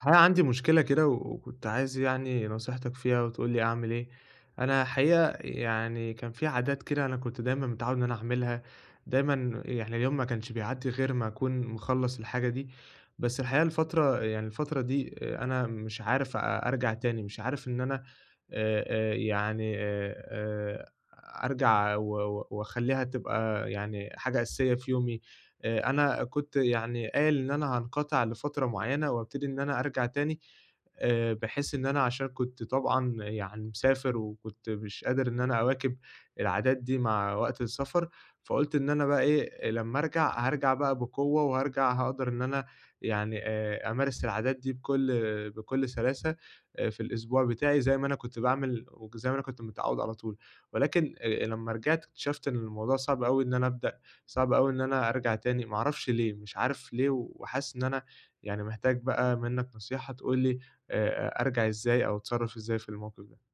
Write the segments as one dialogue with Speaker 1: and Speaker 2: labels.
Speaker 1: الحقيقة عندي مشكلة كده و وكنت عايز يعني نصيحتك فيها وتقول لي أعمل إيه. أنا الحقيقة يعني كان في عادات كده، أنا كنت دايمًا متعوّد إن أنا أعملها، دايمًا يعني اليوم ما كانش بيعدّي غير ما أكون مخلّص الحاجة دي. بس الحقيقة الفترة دي أنا مش عارف أرجع تاني، مش عارف إن أنا آآ يعني أرجع و و وأخلّيها تبقى يعني حاجة أساسية في يومي. أنا كنت يعني قايل إن أنا هانقطع لفترة معيّنة وابتدي إن أنا أرجع تاني، بحيث إن أنا عشان كنت طبعًا يعني مسافر وكنت مش قادر إن أنا أواكب العادات دي مع وقت السفر. فقُلت إن أنا بقى إيه، لمّا أرجع هارجع بقى بقوة وهارجع هاقدر إن أنا يعني أمارس العادات دي بكل سلاسة في الأسبوع بتاعي زي ما أنا كنت باعمل وزي ما أنا كنت متعوّد على طول. ولكن لمّا رجعت اكتشفت إن الموضوع صعب أوي إن أنا أبدأ، صعب أوي إن أنا أرجع تاني، ما أعرفش ليه، مش عارف ليه وحاسس إن أنا يعني محتاج بقى منّك نصيحة تقول لي أرجع إزاي أو أتصرّف إزاي في الموقف ده؟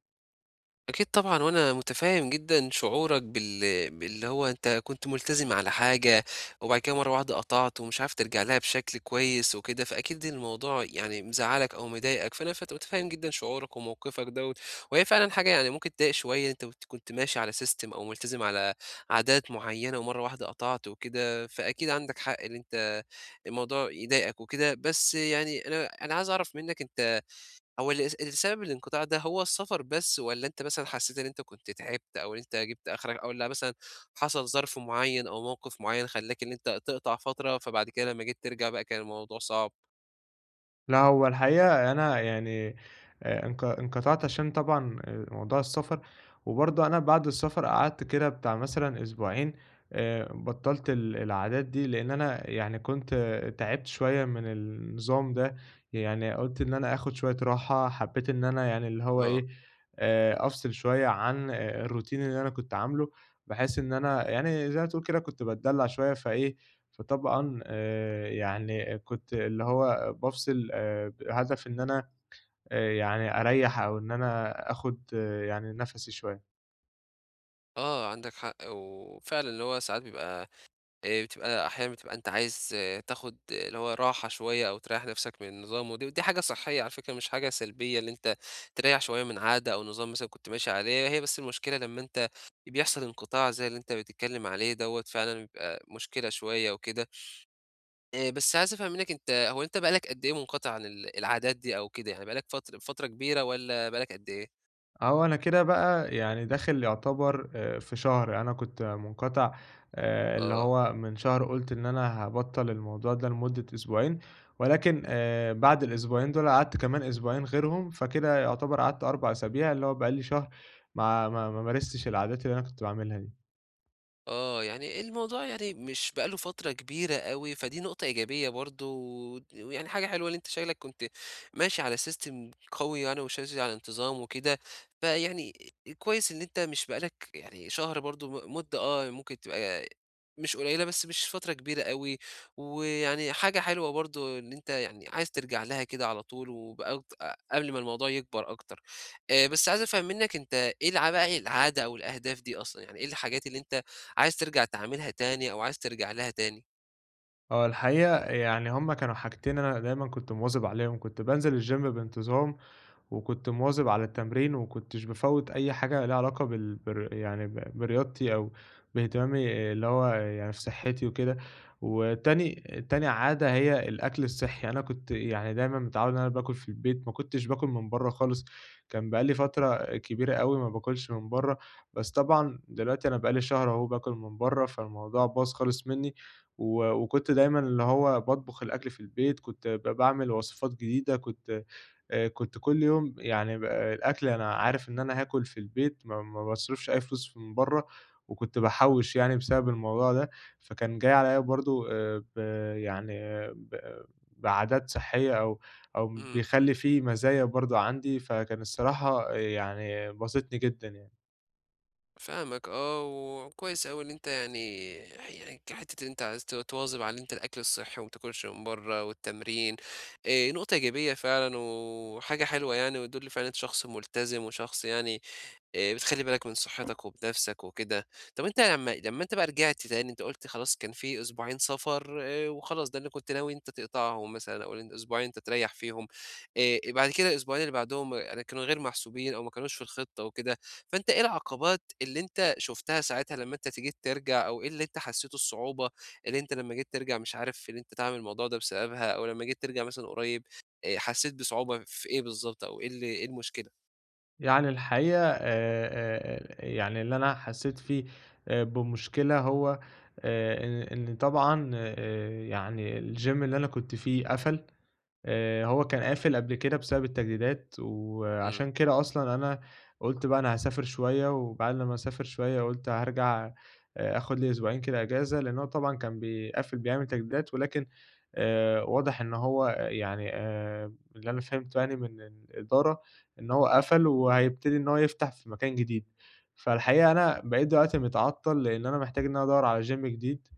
Speaker 2: أكيد طبعًا، وأنا متفهم جدًا شعورك باللي هو أنت كنت ملتزم على حاجة، وبعد كده مرة واحدة قطعت ومش عارف ترجع لها بشكل كويس وكده. فأكيد الموضوع يعني مزعّلك أو مضايقك، فأنا متفهم جدًا شعورك وموقفك دوّة. وهي فعلًا حاجة يعني ممكن تضايق شوية. أنت كنت ماشي على system أو ملتزم على عادات معيّنة ومرة واحدة قطعت وكده. فأكيد عندك حق إن أنت الموضوع يضايقك وكده. بس يعني أنا عايز أعرف منّك أنت، هو السبب الانقطاع ده هو السفر بس، والّا أنت مثلًا حسّيت إن أنت كنت تعبت أو إن أنت جِبت آخرك، أو والّا مثلًا حصل ظرف معيّن أو موقف معيّن خلّاك إن أنت تقطع فترة، فبعد كده لمّا جيت ترجع بقى كان الموضوع صعب؟
Speaker 1: لأ، هو الحقيقة أنا يعني انقطعت عشان طبعًا موضوع السفر. وبرضه أنا بعد السفر قعدت كده بتاع مثلًا أسبوعين، بطّلت العادات دي، لإن أنا يعني كنت تعبت شوية من النظام ده. يعني قُلت إن أنا آخُد شوية راحة، حبّيت إن أنا يعني اللي هو
Speaker 2: آه.
Speaker 1: إيه، أفصل شوية عن الroutine اللي أنا كنت عامله، بحيث إن أنا يعني زي ما تقول كده كنت باتدلّع شوية فإيه، فطبعًا يعني كنت اللي هو بافصل بهدف إن أنا يعني أريّح أو إن أنا آخُد يعني نَفَسي شوية.
Speaker 2: آه، عندك حق. وفعلًا اللي هو ساعات بيبقى، بتبقى أحيانًا أنت عايز تاخد اللي هو راحة شوية أو تريّح نَفْسك من النظام. ودي حاجة صحّية على فكرة، مش حاجة سلبية اللي أنت تريّح شوية من عادة أو نظام مثلًا كنت ماشي عليه. هي بس المشكلة لمّا أنت بيحصل انقطاع زي اللي أنت بتتكلّم عليه دوّة، فعلًا بيبقى مشكلة شوية وكده. بس عايز أفهم منّك أنت، هو أنت بقى لك قد إيه منقطع عن العادات دي أو كده؟ يعني بقى لك فترة كبيرة والّا بقى لك قد إيه؟
Speaker 1: أهو أنا كده بقى يعني داخل يعتبر في شهر، أنا كنت منقطع اللي
Speaker 2: آه.
Speaker 1: هو من شهر قُلت إن أنا هابطّل الموضوع ده لمدة أسبوعين. ولكن بعد الأسبوعين دُول قعدت كمان أسبوعين غيرهم، فكده يعتبر قعدت 4 أسابيع اللي هو بقى لي شهر ما مارستش العادات اللي أنا كنت باعملها دي.
Speaker 2: آه، يعني الموضوع يعني مش بقى له فترة كبيرة أوي. فدي نقطة إيجابية برضه، ويعني حاجة حلوة إن أنت شكلك كنت ماشي على system قوي يعني، وماشي على انتظام وكده. فيعني كويس إن أنت مش بقى لك يعني شهر برضه، مدة ممكن تبقى مش قليلة بس مش فترة كبيرة أوي. ويعني حاجة حلوة برضه إن أنت يعني عايز ترجع لها كده على طول، وبأك أ قبل ما الموضوع يكبر أكتر. بس عايز أفهم منّك أنت، إيه بقى العادة أو الأهداف دي أصلًا؟ يعني إيه الحاجات اللي أنت عايز ترجع تعملها تاني، أو عايز ترجع لها تاني؟
Speaker 1: هو الحقيقة يعني هُم كانوا حاجتين أنا دايمًا كنت مواظب عليهم، كنت بانزل الgym بانتظام، وكنت مواظب على التمرين، وما كنتش بافوّت أي حاجة ليها علاقة بال بر يعني ب برياضتي أو باهتمامي اللي هو يعني في صحتي وكده. وتاني عادة هي الأكل الصحي، أنا كنت يعني دايمًا متعوّد إن أنا باكل في البيت، ما كنتش باكل من برّه خالص، كان بقى لي فترة كبيرة أوي ما باكلش من برّه، بس طبعًا دلوقتي أنا بقى لي شهر أهو باكل من برّه، فالموضوع باظ خالص منّي. و وكنت دايمًا اللي هو باطبخ الأكل في البيت، كنت باعمل وصفات جديدة، كنت كل يوم يعني ب آه، الأكل أنا عارف إن أنا هاكل في البيت، ما باصرفش أي فلوس من برّه، وكنت باحوّش يعني بسبب الموضوع ده. فكان جاي عليَّ برضه ب يعني آه، ب بعادات صحية أو
Speaker 2: إمم،
Speaker 1: بيخلّي في مزايا برضه عندي، فكان الصراحة يعني باسطني جدًا يعني.
Speaker 2: فاهمك وكويس أوي إن أنت يعني حتّة إن أنت عايز تواظب على إن أنت الأكل الصحّي وما تاكلش من برّه والتمرين. نقطة إيجابية فعلًا وحاجة حلوة يعني، وتدُل فعلًا إن أنت شخص ملتزم وشخص يعني، بتخلّي بالك من صحّتك وبنَفْسك وكده. طَب أنت لمّا أنت بقى رجعت تاني، أنت قُلت خلاص كان في أسبوعين سفر، وخلاص ده اللي كنت ناوي إن أنت تقطعهم مثلًا، أو أسبوعين أنت تريّح فيهم. بعد كده الأسبوعين اللي بعدهم يعني كانوا غير محسوبين أو ما كانوش في الخطة وكده. فأنت إيه العقبات اللي أنت شُفتها ساعتها لمّا أنت جيت ترجع، أو إيه اللي أنت حسّيته الصعوبة، اللي أنت لمّا جيت ترجع مش عارف إن أنت تعمل الموضوع ده بسببها، أو لمّا جيت ترجع مثلًا قريب، حسّيت بصعوبة في إيه بالضبط، أو إيه إيه المشكلة؟
Speaker 1: يعني الحقيقة يعني اللي أنا حسّيت فيه بمشكلة هو آآ إن طبعًا يعني الgym اللي أنا كنت فيه قفل. هو كان قافل قبل كده بسبب التجديدات،
Speaker 2: إمم.
Speaker 1: وعشان كده أصلًا أنا قُلت بقى أنا هاسافر شوية، وبعد لمّا أسافر شوية قُلت هارجع، آخُد لي أسبوعين كده إجازة، لإن هو طبعًا كان بيقفّل بيعمل تجديدات. ولكن واضح إن هو يعني اللي أنا فهمته يعني من الإدارة إن هو قفل وهيبتدي إن هو يفتح في مكان جديد. فالحقيقة أنا بقيت دلوقتي متعطّل لإن أنا محتاج إن أنا أدوّر على gym جديد،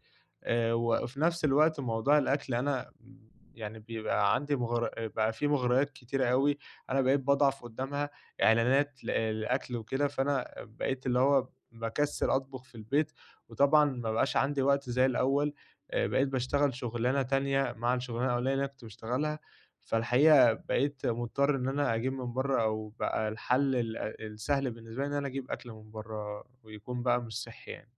Speaker 1: وفي نفس الوقت موضوع الأكل أنا يعني بيبقى عندي بقى في مغريات كتيرة أوي، أنا بقيت باضعف قدّامها، إعلانات لأكل وكده، فأنا بقيت اللي هو باكسّل أطبخ في البيت، وطبعًا ما بقاش عندي وقت زي الأول. بقيت باشتغل شُغلانة تانية مع الشُغلانة الأولانية اللي أنا كنت باشتغلها، فالحقيقة بقيت مضطر إن أنا أجيب من برّه أو بقى الحل السهل بالنسبة لي إن أنا أجيب أكل من برّه ويكون بقى مش صحّي يعني.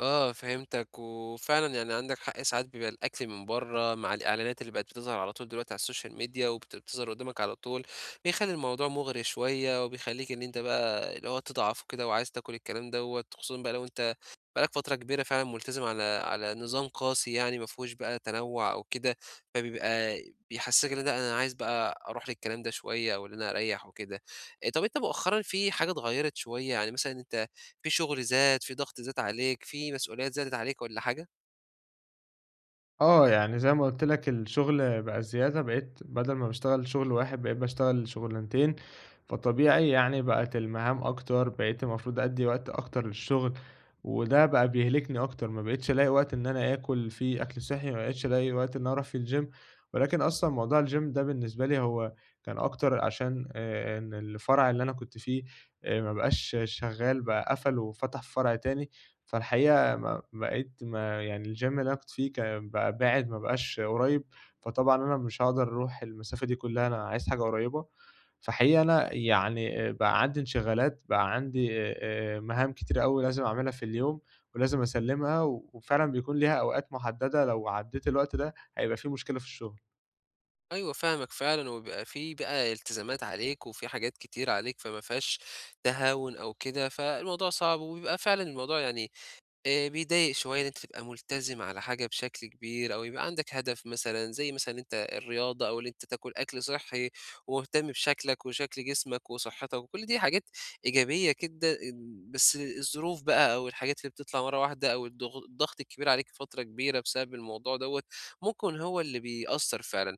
Speaker 2: آه، فهمتك. وفعلًا يعني عندك حق. ساعات بيبقى الأكل من برّه مع الإعلانات اللي بقت بتظهر على طول دلوقتي على السوشيال ميديا، وبت بتظهر قدامك على طول، بيخلّي الموضوع مغري شوية وبيخلّيك إن أنت بقى اللي هو تضعف وكده وعايز تاكل الكلام دوّة. خصوصًا بقى لو أنت بقى لك فترة كبيرة فعلًا ملتزم على نظام قاسي يعني ما فيهوش بقى تنوُّع أو كده. فبيبقى بيحسّسك إن لأ، أنا عايز بقى أروح للكلام ده شوية، أو إن أنا أريّح وكده. طَب أنت مؤخرًا في حاجة اتغيّرت شوية؟ يعني مثلًا أنت في شغل زاد، في ضغط زاد عليك، في مسؤوليات زادت عليك والّا حاجة؟
Speaker 1: آه، يعني زي ما قُلت لك الشغل بقى زيادة، بقيت بدل ما باشتغل شغل واحد بقيت باشتغل شغلانتين، فطبيعي يعني بقت المهام أكتر، بقيت المفروض أدّي وقت أكتر للشغل، وده بقى بيهلكني أكتر، ما بقيتش ألاقي وقت إن أنا آكل فيه أكل صحّي، ما بقيتش ألاقي وقت إن أنا أروح فيه الgym. ولكن أصلًا موضوع الgym ده بالنسبة لي هو كان أكتر عشان إن الفرع اللي أنا كنت فيه ما بقاش شغّال بقى قفل وفتح فرع تاني، فالحقيقة ما بقيت ما يعني الgym اللي أنا كنت فيه كان بقى بعِد، ما بقاش قريب، فطبعًا أنا مش هاقدر أروح المسافة دي كلّها، أنا عايز حاجة قريبة. فحقيقي أنا يعني بقى عندي انشغالات، بقى عندي مهام كتيرة أوي لازم أعملها في اليوم ولازم أسلِّمها، وفعلًا بيكون ليها أوقات محددة، لو عدّيت الوقت ده هيبقى في مشكلة في الشغل.
Speaker 2: أيوه، فاهمك فعلًا. وبيبقى في بقى التزامات عليك، وفي حاجات كتير عليك، فما فيهاش تهاون أو كده. فالموضوع صعب. وبيبقى فعلًا الموضوع يعني، بيضايق شوية إن أنت تبقى ملتزم على حاجة بشكل كبير، أو يبقى عندك هدف مثلًا، زي مثلًا أنت الرياضة، أو إن أنت تاكل أكل صحّي ومهتم بشكلك وشكل جسمك وصحّتك، وكل دي حاجات إيجابية كده. بس الظروف بقى أو الحاجات اللي بتطلع مرّة واحدة، أو الضغط الكبير عليك فترة كبيرة بسبب الموضوع دوّة، ممكن هو اللي بيأثّر فعلًا.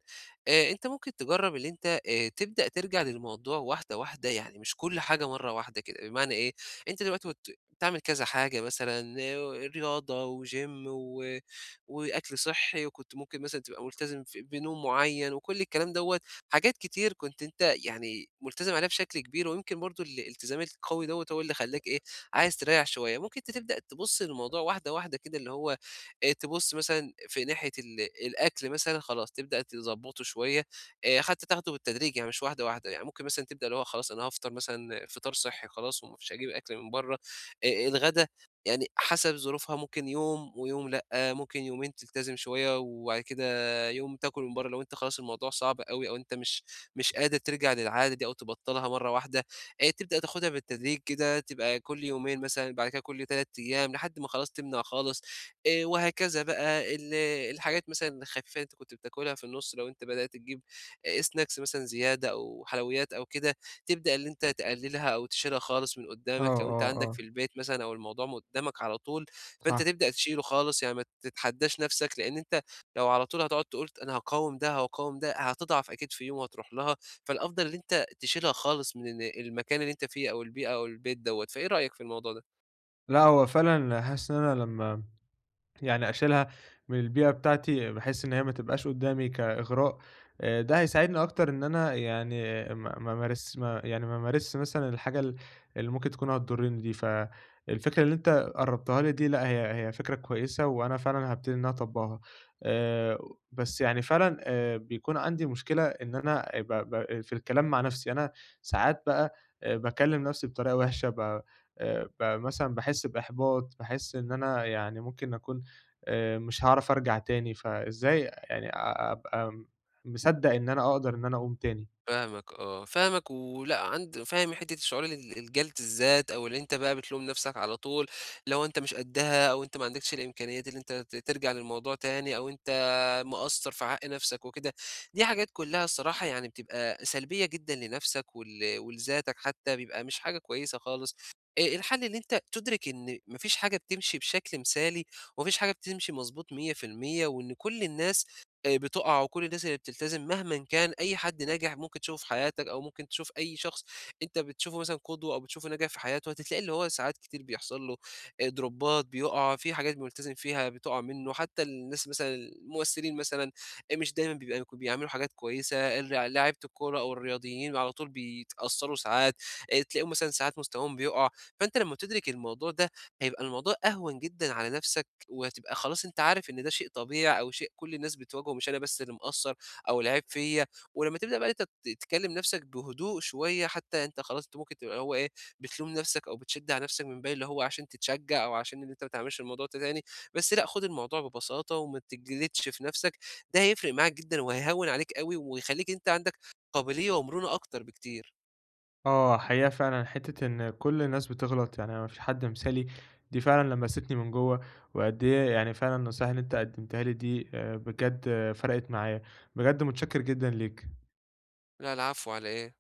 Speaker 2: أنت ممكن تجرّب اللي أنت، تبدأ ترجع للموضوع واحدة، واحدة. يعني مش كل حاجة مرّة واحدة كده. بمعنى إيه، أنت دلوقتي باعمل كذا حاجة مثلًا، رياضة وGym وأكل صحّي، وكنت ممكن مثلًا تبقى ملتزم بنوم معيّن وكل الكلام دوّة. حاجات كتير كنت أنت يعني ملتزم عليها بشكل كبير، ويمكن برضه الالتزام القوي دوّة هو اللي خلّاك إيه، عايز تريّح شوية. ممكن أنت تبدأ تبُص للموضوع واحدة، واحدة كده. اللي هو تبُص مثلًا في ناحية الأكل مثلًا، خلاص تبدأ تضبّطه شوية. حتى تاخده بالتدريج يعني مش واحدة، واحدة. يعني ممكن مثلًا تبدأ اللي هو خلاص، أنا هافطر مثلًا فطار صحّي خلاص وما فيش هاجيب أكل من برّه. الغدا يعني حسب ظروفها ممكن يوم ويوم لأ. ممكن يومين تلتزم شوية وبعد كده يوم تاكل من برّه. لو أنت خلاص الموضوع صعب أوي، أو أنت مش قادر ترجع للعادة دي أو تبطّلها مرّة واحدة، تبدأ تاخدها بالتدريج كده، تبقى كل يومين مثلًا، بعد كده كل 3 أيام، لحد ما خلاص تمنع خالص. وهكذا بقى. الحاجات مثلًا الخفيفة اللي أنت كنت بتاكلها في النُص، لو أنت بدأت تجيب snacks مثلًا زيادة، أو حلويات أو كده، تبدأ اللي أنت تقللها أو تشيلها خالص من
Speaker 1: آه،
Speaker 2: قدامك. لو أنت
Speaker 1: آه،
Speaker 2: عندك
Speaker 1: آه،
Speaker 2: في البيت مثلًا، أو الموضوع قدامك على طول، فأنت
Speaker 1: صح.
Speaker 2: تبدأ تشيله خالص. يعني ما تتحداش نفسك، لأن أنت لو على طول هتقعد تقول أنا هاقاوم ده، هاقاوم ده، هتضعف أكيد في يوم وهتروح لها. فالأفضل إن أنت تشيلها خالص من المكان اللي أنت فيه، أو البيئة أو البيت دوّة. فإيه رأيك في الموضوع ده؟
Speaker 1: لأ، هو فعلًا حاسس إن أنا لمّا يعني أشيلها من البيئة بتاعتي، بحيث إن هي ما تبقاش قدّامي كإغراء، ده هيساعدني أكتر إن أنا يعني ما أمارسش مثلًا الحاجة اللي ممكن تكون هتضرني دي، فالفكرة اللي أنت قرّبتها لي دي لأ، هي فكرة كويسة وأنا فعلًا هابتدي إن أنا أطبّقها. آآ بس يعني فعلًا بيكون عندي مشكلة إن أنا ب ب في الكلام مع نَفْسي، أنا ساعات بقى باكلّم نَفْسي بطريقة وِحشة، ب ب مثلًا باحس بإحباط، باحس إن أنا يعني ممكن أكون مش هاعرف أرجع تاني، فإزاي يعني أبقى مصدّق إن أنا أقدر إن أنا أقوم تاني؟
Speaker 2: فاهمك فاهمك. ولأ فاهم حتّة الشعور، الجَلد الذات، أو اللي أنت بقى بتلوم نَفْسك على طول، لو أنت مش قدّها، أو أنت ما عندكش الإمكانيات اللي أنت ترجع للموضوع تاني، أو أنت مقصّر في حق نَفْسك وكده. دي حاجات كُلّها الصراحة يعني بتبقى سلبية جدًا لنَفْسك، ولذاتك حتّى، بيبقى مش حاجة كويسة خالص. الحل إن أنت تُدرك إن ما فيش حاجة بتمشي بشكل مثالي، وما فيش حاجة بتمشي مضبوط 100%، وإن كل الناس بتُقع. وكل الناس اللي بتلتزم، مهمًا كان أي حد ناجح ممكن تشوفه في حياتك، أو ممكن تشوف أي شخص أنت بتشوفه مثلًا قدوة أو بتشوفه ناجح في حياته، هتتلاقي اللي هو ساعات كتير بيحصل له دروبات، بيُقع، في حاجات بيلتزم فيها بتُقع منّه. حتى الناس مثلًا الممثلين مثلًا، مش دايمًا بيبقى بيعملوا حاجات كويسة. لعيبة الكورة أو الرياضيين على طول بيتأثّروا ساعات. تلاقيهم مثلًا ساعات مستواهم بيُقع. فأنت لمّا تدرك الموضوع ده، هيبقى الموضوع أهون جدًا على نَفْسك. وهتبقى خلاص أنت عارف إن ده شيء طبيعي، أو شيء كل الناس بتواجهه، مش أنا بس اللي مقصّر أو العيب فيّا. ولمّا تبدأ بقى إن أنت تكلّم نَفْسك بهدوء شوية، حتى أنت خلاص أنت ممكن تبقى اللي هو إيه، بتلوم نَفْسك أو بتشِد على نَفْسك من باقي اللي هو عشان تتشجّع، أو عشان إن أنت ما تعملش الموضوع ده تاني. بس لأ، خُد الموضوع ببساطة وما تجلدش في نَفْسك. ده هيفرق معاك جدًا وهيهوّن عليك أوي، ويخلّيك أنت عندك قابلية ومرونة أكتر بكتير.
Speaker 1: آه، حقيقة فعلًا حتّة إن كل الناس بتغلط، يعني ما فيش حد مثالي، دي فعلًا لمستني من جوّه، وقد إيه يعني فعلًا النصايح اللي أنت قدّمتها لي دي بجد فرقِت معايا، بجد متشكّر جدًا ليك.
Speaker 2: لا، العفو على إيه؟